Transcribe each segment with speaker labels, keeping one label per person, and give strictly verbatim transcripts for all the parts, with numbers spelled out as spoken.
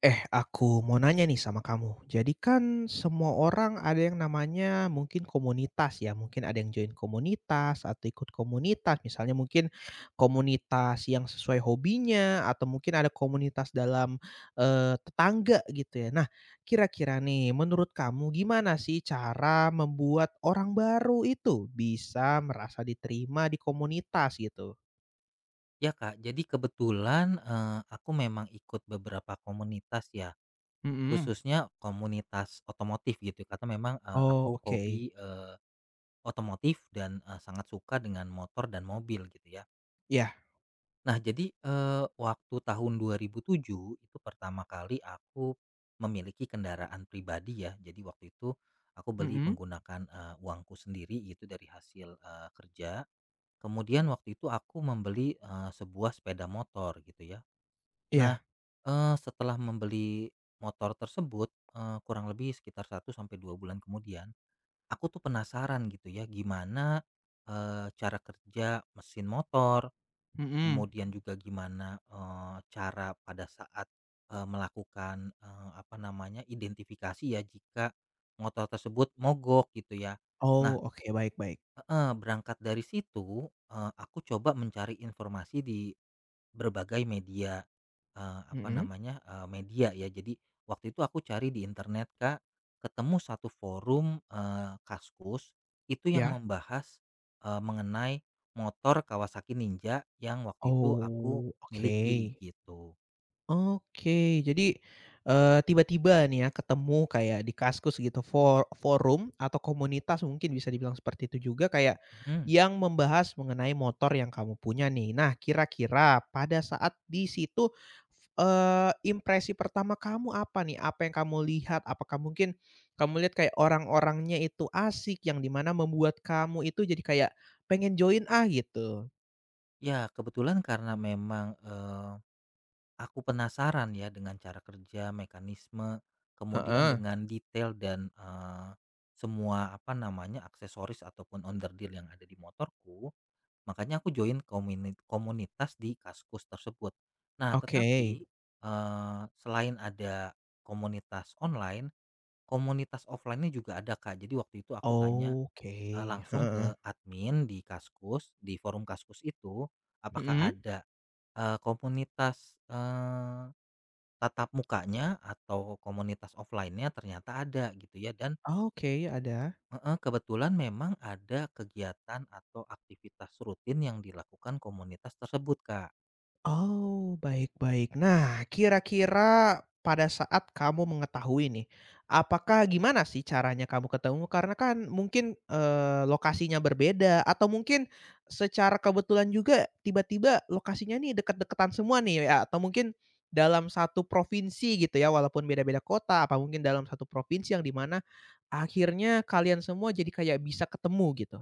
Speaker 1: Eh, aku mau nanya nih sama kamu. Jadi kan semua orang ada yang namanya mungkin komunitas ya, mungkin ada yang join komunitas atau ikut komunitas, misalnya mungkin komunitas yang sesuai hobinya atau mungkin ada komunitas dalam, eee, tetangga gitu ya. Nah, kira-kira nih menurut kamu gimana sih cara membuat orang baru itu bisa merasa diterima di komunitas gitu?
Speaker 2: Ya Kak, jadi kebetulan, eee, aku memang ikut beberapa komunitas ya,
Speaker 1: Mhm.
Speaker 2: khususnya komunitas otomotif gitu karena memang, eee,
Speaker 1: Oh,
Speaker 2: aku
Speaker 1: oke.
Speaker 2: hobi, eee, otomotif dan, eee, sangat suka dengan motor dan mobil gitu ya.
Speaker 1: Ya.
Speaker 2: Nah jadi, eee, waktu tahun dua ribu tujuh itu pertama kali aku memiliki kendaraan pribadi ya, jadi waktu itu aku beli
Speaker 1: Mhm.
Speaker 2: menggunakan, eee, uangku sendiri itu dari hasil, eee, kerja. Kemudian waktu itu aku membeli, eee, sebuah sepeda motor gitu ya. Nah,
Speaker 1: Iya.
Speaker 2: eee, setelah membeli motor tersebut, eee, kurang lebih sekitar satu sampai dua bulan kemudian, aku tuh penasaran gitu ya gimana, eee, cara kerja mesin motor,
Speaker 1: Mhm.
Speaker 2: kemudian juga gimana, eee, cara pada saat, eee, melakukan, eee, apa namanya, identifikasi ya jika motor tersebut mogok gitu ya. Nah,
Speaker 1: Oh, oke, baik baik.
Speaker 2: heeh, berangkat dari situ, eee, aku coba mencari informasi di Berbagai media, eee, apa
Speaker 1: Mhm,
Speaker 2: namanya, eee, media ya. Jadi waktu itu aku cari di internet, Kak, ketemu satu forum, eee, Kaskus itu yang
Speaker 1: iya?
Speaker 2: membahas, eee, mengenai motor Kawasaki Ninja yang waktu itu aku
Speaker 1: Oh, oke.
Speaker 2: miliki gitu.
Speaker 1: Oke, jadi, eee, tiba-tiba nih ya ketemu kayak di Kaskus gitu for forum atau komunitas mungkin bisa dibilang seperti itu juga kayak
Speaker 2: Mhm,
Speaker 1: yang membahas mengenai motor yang kamu punya nih. Nah kira-kira pada saat di situ, eee, impresi pertama kamu apa nih? Apa yang kamu lihat? Apakah mungkin kamu lihat kayak orang-orangnya itu asik yang dimana membuat kamu itu jadi kayak, "Pengen join ah," gitu?
Speaker 2: ya kebetulan karena memang, eh, aku penasaran ya dengan cara kerja, mekanisme, kemudian
Speaker 1: Heeh,
Speaker 2: dengan detail dan, eee, semua apa namanya, aksesoris ataupun underdeal yang ada di motorku, makanya aku join kominit komunitas di Kaskus tersebut. Nah
Speaker 1: oke.
Speaker 2: tetapi, eee, selain ada komunitas online, komunitas offline-nya juga ada Kak. Jadi waktu itu aku tanya,
Speaker 1: Oke,
Speaker 2: eee,
Speaker 1: heeh
Speaker 2: langsung
Speaker 1: heeh.
Speaker 2: ke admin di Kaskus, di forum Kaskus itu, apakah
Speaker 1: Mhm.
Speaker 2: ada, eee, komunitas, Tatap mukanya atau komunitas offline-nya ternyata ada gitu ya dan,
Speaker 1: Oke, ada.
Speaker 2: heeh, kebetulan memang ada kegiatan atau aktivitas rutin yang dilakukan komunitas tersebut, Kak.
Speaker 1: Oh, baik baik. Nah, kira-kira pada saat kamu mengetahui nih, apakah gimana sih caranya kamu ketemu? Karena kan mungkin, eee, lokasinya berbeda atau mungkin secara kebetulan juga tiba-tiba lokasinya nih deket-deketan semua nih ya atau mungkin dalam satu provinsi gitu ya walaupun beda-beda kota, apa mungkin dalam satu provinsi yang dimana akhirnya kalian semua jadi kayak bisa ketemu gitu?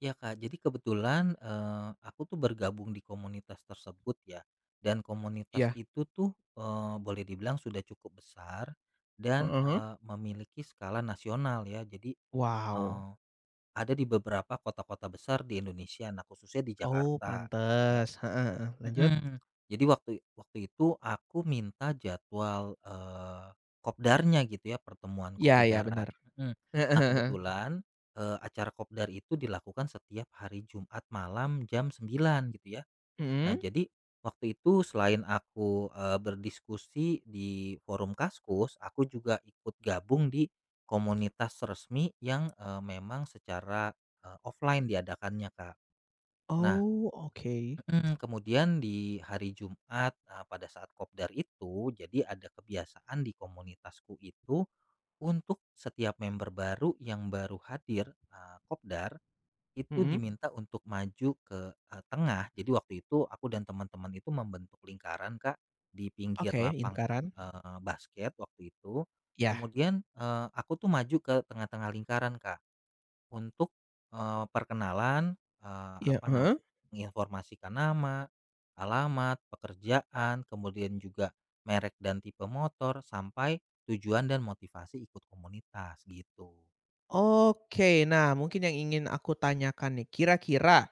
Speaker 2: Ya, Kak, jadi kebetulan, eee, aku tuh bergabung di komunitas tersebut ya dan komunitas
Speaker 1: Iya,
Speaker 2: itu tuh, eee, boleh dibilang sudah cukup besar dan,
Speaker 1: heeh heeh.
Speaker 2: eee, memiliki skala nasional ya. Jadi,
Speaker 1: Wow.
Speaker 2: eee, ada di beberapa kota-kota besar di Indonesia, nah khususnya di
Speaker 1: Oh,
Speaker 2: Jakarta gitu ya.
Speaker 1: pantes, heeh heeh, lanjut?
Speaker 2: Mhm. Jadi waktu waktu itu aku minta jadwal, eee, kopdarnya gitu ya, pertemuan
Speaker 1: Iya
Speaker 2: Kopi
Speaker 1: iya,
Speaker 2: Darat,
Speaker 1: bener,
Speaker 2: mhm.
Speaker 1: heeh
Speaker 2: Nah
Speaker 1: heeh,
Speaker 2: kebetulan, eee, acara kopdar itu dilakukan setiap hari Jumat malam jam sembilan gitu ya. Nah
Speaker 1: mhm.
Speaker 2: jadi waktu itu selain aku, eee, berdiskusi di forum Kaskus, aku juga ikut gabung di komunitas resmi yang, eee, memang secara, eee, offline diadakannya, Kak. Nah,
Speaker 1: Oh, oke,
Speaker 2: Mhm, kemudian di hari Jumat, eee, pada saat kopdar itu, jadi ada kebiasaan di komunitasku itu untuk setiap member baru yang baru hadir, eee, kopdar, itu
Speaker 1: mhm,
Speaker 2: diminta untuk maju ke, eee, tengah. Jadi waktu itu aku dan teman-teman itu membentuk lingkaran, Kak, di pinggir
Speaker 1: oke,
Speaker 2: lapangan,
Speaker 1: lingkaran,
Speaker 2: eee, basket waktu itu.
Speaker 1: iya
Speaker 2: Kemudian, eee, aku tuh maju ke tengah-tengah lingkaran, Kak. Untuk, eee, perkenalan, eee,
Speaker 1: iya,
Speaker 2: apa nam
Speaker 1: heeh.
Speaker 2: menginformasikan nama, alamat, pekerjaan, kemudian juga merek dan tipe motor, sampai tujuan dan motivasi ikut komunitas, gitu.
Speaker 1: Oke, nah mungkin yang ingin aku tanyakan nih, kira-kira,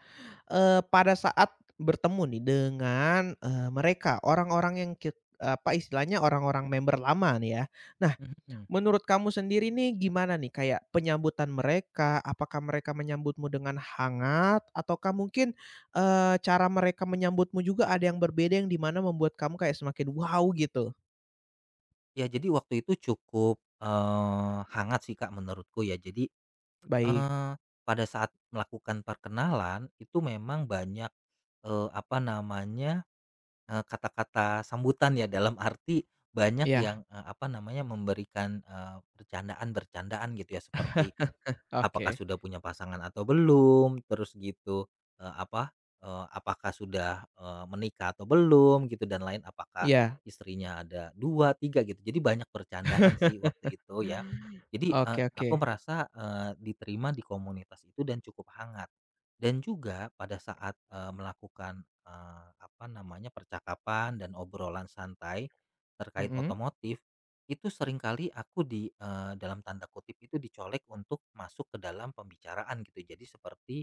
Speaker 1: eee, pada saat bertemu nih dengan, eee, mereka orang-orang yang kit apa istilahnya orang-orang member lama nih ya. Nah,
Speaker 2: Mhm.
Speaker 1: menurut kamu sendiri nih gimana nih kayak penyambutan mereka? Apakah mereka menyambutmu dengan hangat? Ataukah mungkin, eee, cara mereka menyambutmu juga ada yang berbeda yang dimana membuat kamu kayak semakin wow gitu?
Speaker 2: Ya, jadi waktu itu cukup, eee, hangat sih, Kak, menurutku ya. Jadi,
Speaker 1: Baik.
Speaker 2: eee, pada saat melakukan perkenalan, itu memang banyak, eee, apa namanya Eee, kata-kata sambutan ya dalam arti banyak
Speaker 1: Ya,
Speaker 2: yang, eee, apa namanya, memberikan, eee, bercandaan-bercandaan gitu ya seperti, apakah
Speaker 1: oke.
Speaker 2: sudah punya pasangan atau belum, terus gitu, eee, apa, eee, apakah sudah, eee, menikah atau belum gitu dan lain, apakah
Speaker 1: Ya,
Speaker 2: istrinya ada dua, tiga gitu. Jadi banyak bercandaan sih waktu itu ya. Jadi, eee,
Speaker 1: oke oke.
Speaker 2: aku merasa, eee, diterima di komunitas itu dan cukup hangat. Dan juga pada saat, eee, melakukan, eee, apa namanya, percakapan dan obrolan santai terkait
Speaker 1: Mhm.
Speaker 2: otomotif itu seringkali aku di, eee, dalam tanda kutip itu dicolek untuk masuk ke dalam pembicaraan gitu. Jadi seperti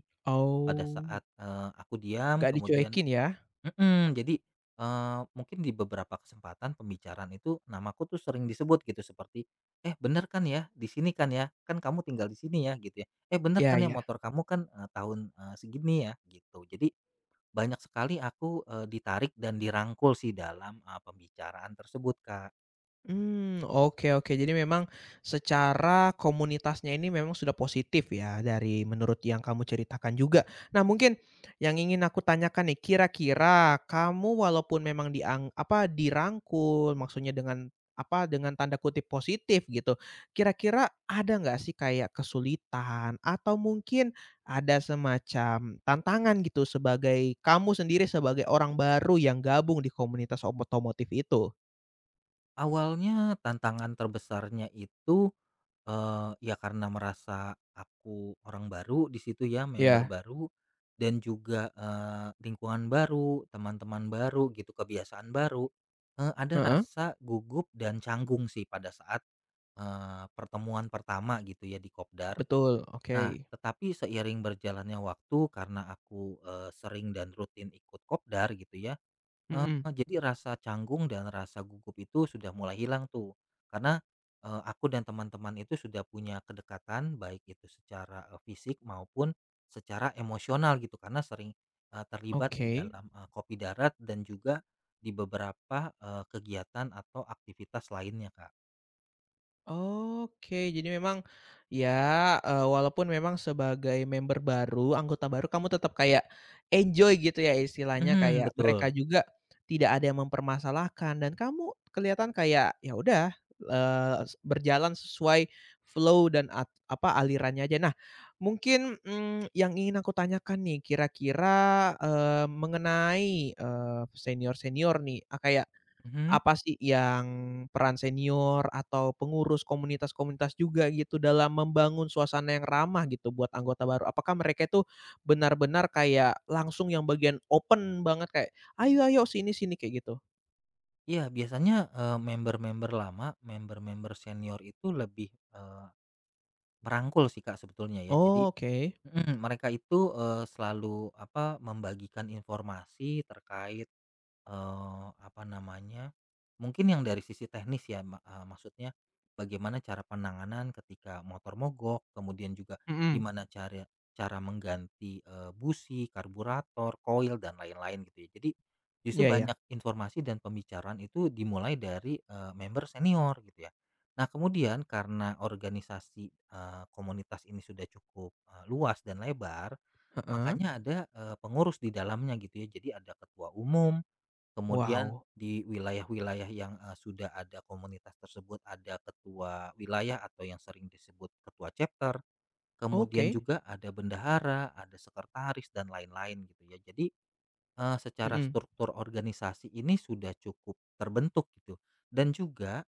Speaker 2: pada
Speaker 1: Oh,
Speaker 2: saat, eee, aku diam
Speaker 1: gak
Speaker 2: kemudian,
Speaker 1: dicuekin ya?
Speaker 2: mhm, jadi, eee, mungkin di beberapa kesempatan pembicaraan itu namaku tuh sering disebut gitu seperti, "Eh, bener kan ya di sini kan ya? Kan kamu tinggal di sini ya?" Gitu ya. "Eh, bener
Speaker 1: Ya
Speaker 2: kan ya
Speaker 1: ya.
Speaker 2: motor kamu kan, eee, tahun, eee, segini ya?" Gitu. Jadi banyak sekali aku, eee, ditarik dan dirangkul sih dalam, eee, pembicaraan tersebut, Kak.
Speaker 1: Hmm oke oke. Jadi memang secara komunitasnya ini memang sudah positif ya dari menurut yang kamu ceritakan juga. Nah mungkin yang ingin aku tanyakan nih, kira-kira kamu walaupun memang diang apa, dirangkul, maksudnya dengan apa, dengan tanda kutip "positif" gitu, kira-kira ada nggak sih kayak kesulitan atau mungkin ada semacam tantangan gitu sebagai kamu sendiri sebagai orang baru yang gabung di komunitas otomotif itu?
Speaker 2: Awalnya tantangan terbesarnya itu, eee, ya karena merasa aku orang baru di situ ya, member
Speaker 1: Ya.
Speaker 2: baru dan juga, eee, lingkungan baru, teman-teman baru gitu, kebiasaan baru, eee, ada
Speaker 1: Heeh.
Speaker 2: rasa gugup dan canggung sih pada saat, eee, pertemuan pertama gitu ya di kopdar.
Speaker 1: Betul,
Speaker 2: Nah,
Speaker 1: oke.
Speaker 2: tetapi seiring berjalannya waktu karena aku, eee, sering dan rutin ikut kopdar gitu ya. Eee,
Speaker 1: Mhm.
Speaker 2: jadi rasa canggung dan rasa gugup itu sudah mulai hilang tuh, karena, eee, aku dan teman-teman itu sudah punya kedekatan baik itu secara, eee, fisik maupun secara emosional gitu karena sering, eee, terlibat di
Speaker 1: Oke,
Speaker 2: dalam, eee, Kopi Darat dan juga di beberapa, eee, kegiatan atau aktivitas lainnya, Kak.
Speaker 1: oke. Jadi memang ya, eee, walaupun memang sebagai member baru, anggota baru, kamu tetap kayak enjoy gitu ya istilahnya,
Speaker 2: Mhm,
Speaker 1: kayak mereka
Speaker 2: betul.
Speaker 1: juga tidak ada yang mempermasalahkan dan kamu kelihatan kayak ya udah, eee, s berjalan sesuai flow dan at apa, alirannya aja. Nah, mungkin, mmm, yang ingin aku tanyakan nih, kira-kira, eee, mengenai, eee, senior-senior nih, eee, kayak
Speaker 2: Mhm.
Speaker 1: apa sih yang peran senior atau pengurus komunitas-komunitas juga gitu dalam membangun suasana yang ramah gitu buat anggota baru? Apakah mereka itu benar-benar kayak langsung yang bagian open banget kayak, "Ayo ayo, sini sini," kayak gitu?
Speaker 2: Iya biasanya, eee, member-member lama, member-member senior itu lebih, eee, merangkul sih, Kak, sebetulnya ya jadi,
Speaker 1: Oh, oke.
Speaker 2: Mhm, mereka itu, eee, selalu apa, membagikan informasi terkait, Eee, apa namanya, mungkin yang dari sisi teknis ya, ma eee, maksudnya bagaimana cara penanganan ketika motor mogok, kemudian juga
Speaker 1: Mhm.
Speaker 2: gimana cara cara mengganti, eee, busi, karburator, koil, dan lain-lain gitu ya. Jadi justru
Speaker 1: Iya iya.
Speaker 2: banyak informasi dan pembicaraan itu dimulai dari, eee, member senior gitu ya. Nah kemudian karena organisasi, eee, komunitas ini sudah cukup, eee, luas dan lebar,
Speaker 1: Heeh.
Speaker 2: makanya ada, eee, pengurus di dalamnya gitu ya. Jadi ada ketua umum. Kemudian
Speaker 1: Wow.
Speaker 2: di wilayah-wilayah yang, eee, sudah ada komunitas tersebut ada ketua wilayah atau yang sering disebut ketua chapter, kemudian
Speaker 1: Oke.
Speaker 2: juga ada bendahara, ada sekretaris dan lain-lain gitu ya. Jadi, eee, secara
Speaker 1: Mhm.
Speaker 2: struktur organisasi ini sudah cukup terbentuk gitu dan juga,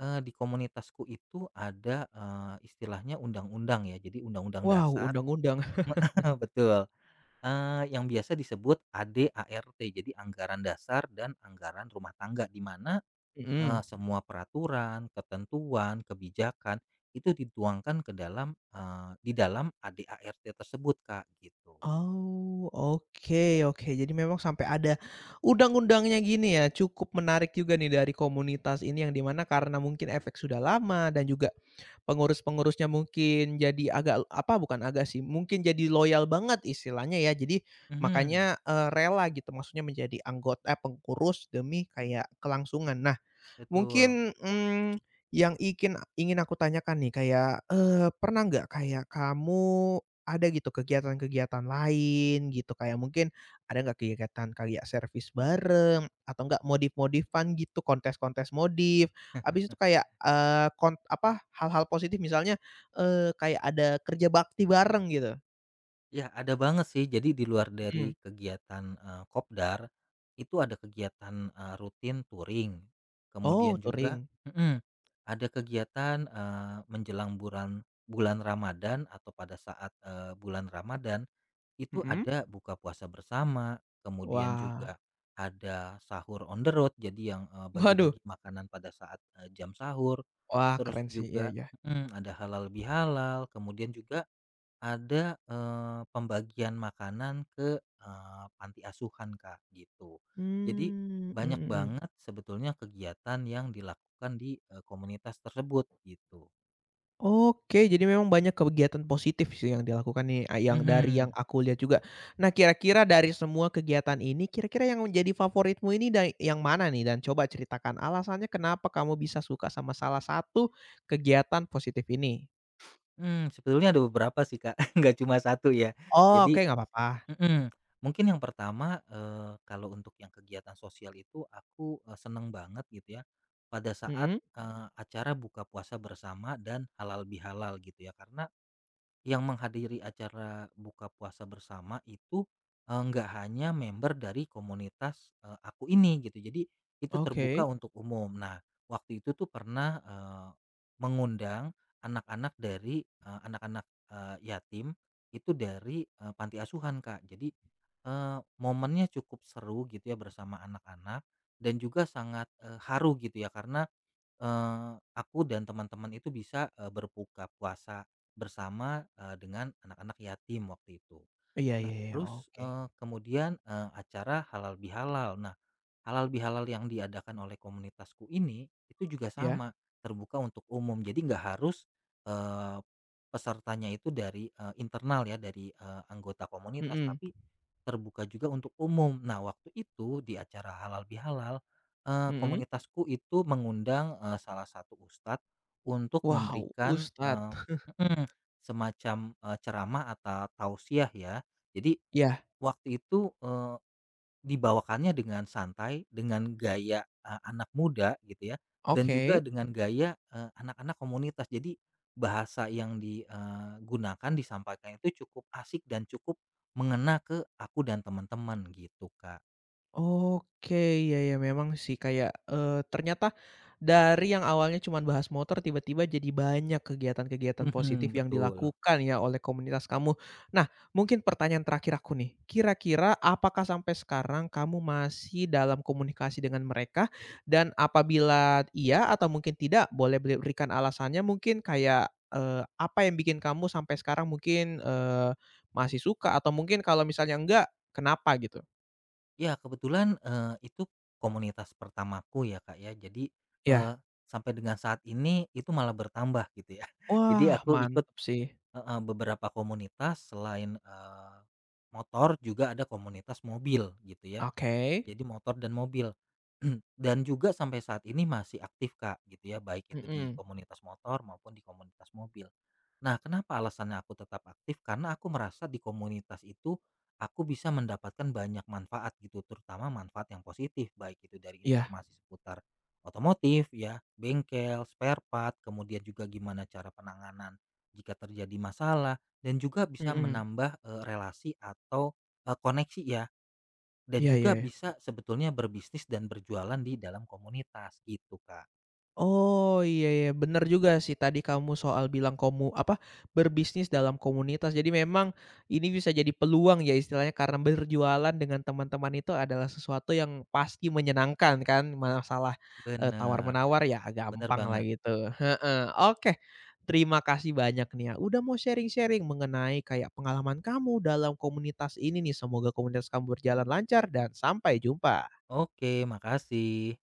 Speaker 2: eee, di komunitasku itu ada, eee, istilahnya undang-undang ya, jadi undang-undang
Speaker 1: Wow,
Speaker 2: dasar.
Speaker 1: undang-undang.
Speaker 2: Betul. Eee, yang biasa disebut A D-A R T, jadi anggaran dasar dan anggaran rumah tangga, di mana, eee,
Speaker 1: Mhm.
Speaker 2: semua peraturan, ketentuan, kebijakan itu dituangkan ke dalam, eee, di dalam A D-A R T tersebut, Kak, gitu.
Speaker 1: Oh, oke oke. Jadi memang sampai ada undang-undangnya gini ya. Cukup menarik juga nih dari komunitas ini yang dimana karena mungkin efek sudah lama dan juga pengurus-pengurusnya mungkin jadi agak apa bukan agak sih, mungkin jadi loyal banget istilahnya ya. Jadi
Speaker 2: Mhm,
Speaker 1: makanya, eee, rela gitu maksudnya menjadi anggota eh, pengurus demi kayak kelangsungan. Nah,
Speaker 2: betul.
Speaker 1: mungkin, mmm, yang ikin ingin aku tanyakan nih kayak, eee, pernah nggak kayak kamu ada gitu kegiatan-kegiatan lain gitu, kayak mungkin ada nggak kegiatan kayak servis bareng atau nggak modif-modifan gitu, kontes-kontes modif, habis itu kayak, eee, kon apa, hal-hal positif misalnya, eee, kayak ada kerja bakti bareng gitu?
Speaker 2: Ya, ada banget sih. Jadi di luar
Speaker 1: Mhm.
Speaker 2: dari kegiatan, eee, kopdar, itu ada kegiatan, eee, rutin touring,
Speaker 1: Oh,
Speaker 2: kemudian juga,
Speaker 1: touring.
Speaker 2: mhm, ada kegiatan, eee, menjelang bulan bulan Ramadan atau pada saat, eee, bulan Ramadan, itu
Speaker 1: Mhm.
Speaker 2: ada buka puasa bersama, kemudian
Speaker 1: Wah.
Speaker 2: juga ada sahur on the road, jadi yang, eee,
Speaker 1: Waduh.
Speaker 2: bagi-bagi makanan pada saat, eee, jam sahur,
Speaker 1: Wah,
Speaker 2: terus
Speaker 1: keren sih. Iya
Speaker 2: juga,
Speaker 1: iya.
Speaker 2: mhm, ada halal bihalal, kemudian juga ada, eee, pembagian makanan ke, eee, panti asuhan, Kak, gitu. Jadi
Speaker 1: Mmm,
Speaker 2: banyak
Speaker 1: mhm mhm.
Speaker 2: banget sebetulnya kegiatan yang dilakukan di, eee, komunitas tersebut gitu.
Speaker 1: Oke, jadi memang banyak kegiatan positif sih yang dilakukan nih, a yang dari yang
Speaker 2: Mhm.
Speaker 1: aku lihat juga. Nah, kira-kira dari semua kegiatan ini, kira-kira yang menjadi favoritmu ini day yang mana nih? Dan coba ceritakan alasannya kenapa kamu bisa suka sama salah satu kegiatan positif ini?
Speaker 2: Hmm sebetulnya ada beberapa sih, Kak, nggak cuma satu ya.
Speaker 1: Oh, oke,
Speaker 2: Jadi,
Speaker 1: nggak apa-apa.
Speaker 2: mhm, mungkin yang pertama, eee, kalau untuk yang kegiatan sosial itu aku, eee, seneng banget gitu ya pada saat,
Speaker 1: Mhm,
Speaker 2: eee, acara buka puasa bersama dan halal bihalal gitu ya, karena yang menghadiri acara buka puasa bersama itu, eee, nggak hanya member dari komunitas, eee, aku ini gitu, jadi itu terbuka
Speaker 1: oke.
Speaker 2: untuk umum. Nah, waktu itu tuh pernah, eee, mengundang anak-anak dari, eee, anak-anak, eee, yatim itu dari, eee, panti asuhan, Kak. Jadi, eee, momennya cukup seru gitu ya bersama anak-anak dan juga sangat, eee, haru gitu ya karena Eee, aku dan teman-teman itu bisa, eee, berbuka puasa bersama, eee, dengan anak-anak yatim waktu itu.
Speaker 1: Iya
Speaker 2: Nah,
Speaker 1: iya iya,
Speaker 2: terus,
Speaker 1: oke.
Speaker 2: eee, kemudian, eee, acara halal bihalal. Nah, halal bihalal yang diadakan oleh komunitasku ini, itu juga
Speaker 1: Ya.
Speaker 2: sama, terbuka untuk umum. Jadi nggak harus, eee, pesertanya itu dari, eee, internal ya, dari, eee, anggota komunitas,
Speaker 1: Mhm,
Speaker 2: tapi terbuka juga untuk umum. Nah, waktu itu di acara halal bihalal, eee,
Speaker 1: mhm.
Speaker 2: komunitasku itu mengundang, eee, salah satu ustad untuk
Speaker 1: Wow,
Speaker 2: memberikan,
Speaker 1: ustad.
Speaker 2: eee semacam, eee, ceramah atau tausiah ya. Jadi
Speaker 1: Ya,
Speaker 2: waktu itu, eee, dibawakannya dengan santai, dengan gaya, eee, anak muda gitu ya, dan juga
Speaker 1: oke.
Speaker 2: dengan gaya, eee, anak-anak komunitas. Jadi bahasa yang digunakan disampaikan itu cukup asik dan cukup mengena ke aku dan teman-teman gitu, Kak.
Speaker 1: Oke, ya ya memang sih kayak, eee, ternyata dari yang awalnya cuma bahas motor tiba-tiba jadi banyak kegiatan-kegiatan positif
Speaker 2: Mhm,
Speaker 1: yang
Speaker 2: betul.
Speaker 1: dilakukan ya oleh komunitas kamu. Nah, mungkin pertanyaan terakhir aku nih, kira-kira apakah sampai sekarang kamu masih dalam komunikasi dengan mereka? Dan apabila iya atau mungkin tidak, boleh berikan alasannya mungkin kayak, eee, apa yang bikin kamu sampai sekarang mungkin, eee, masih suka atau mungkin kalau misalnya enggak, kenapa gitu?
Speaker 2: Ya kebetulan, eee, itu komunitas pertamaku ya, Kak, ya. Jadi, eee,
Speaker 1: Ya.
Speaker 2: sampai dengan saat ini itu malah bertambah gitu ya. Jadi
Speaker 1: Wah,
Speaker 2: aku ikut,
Speaker 1: mantap sih.
Speaker 2: heeh, beberapa komunitas selain, eee, motor juga ada komunitas mobil gitu ya.
Speaker 1: Oke.
Speaker 2: Jadi motor dan mobil. Dan juga sampai saat ini masih aktif, Kak, gitu ya, baik itu di
Speaker 1: Mhm,
Speaker 2: komunitas motor maupun di komunitas mobil. Nah, kenapa alasannya aku tetap aktif? Karena aku merasa di komunitas itu aku bisa mendapatkan banyak manfaat gitu, terutama manfaat yang positif, baik itu dari
Speaker 1: iya.
Speaker 2: informasi seputar otomotif ya, bengkel, spare part, kemudian juga gimana cara penanganan jika terjadi masalah dan juga bisa
Speaker 1: Mhm.
Speaker 2: menambah, eee, relasi atau, eee, koneksi ya. Dan
Speaker 1: Iya
Speaker 2: juga
Speaker 1: iya.
Speaker 2: bisa sebetulnya berbisnis dan berjualan di dalam komunitas gitu, Kak.
Speaker 1: Oh, iya iya, bener juga sih tadi kamu soal bilang kamu apa, berbisnis dalam komunitas. Jadi memang ini bisa jadi peluang ya istilahnya karena berjualan dengan teman-teman itu adalah sesuatu yang pasti menyenangkan kan, masalah, eh,
Speaker 2: Bener. Bener,
Speaker 1: tawar-menawar ya
Speaker 2: bener
Speaker 1: gampang lah
Speaker 2: banget.
Speaker 1: gitu, heeh. Oke, terima kasih banyak nih ya udah mau sharing-sharing mengenai kayak pengalaman kamu dalam komunitas ini nih. Semoga komunitas kamu berjalan lancar dan sampai jumpa.
Speaker 2: Oke, makasih.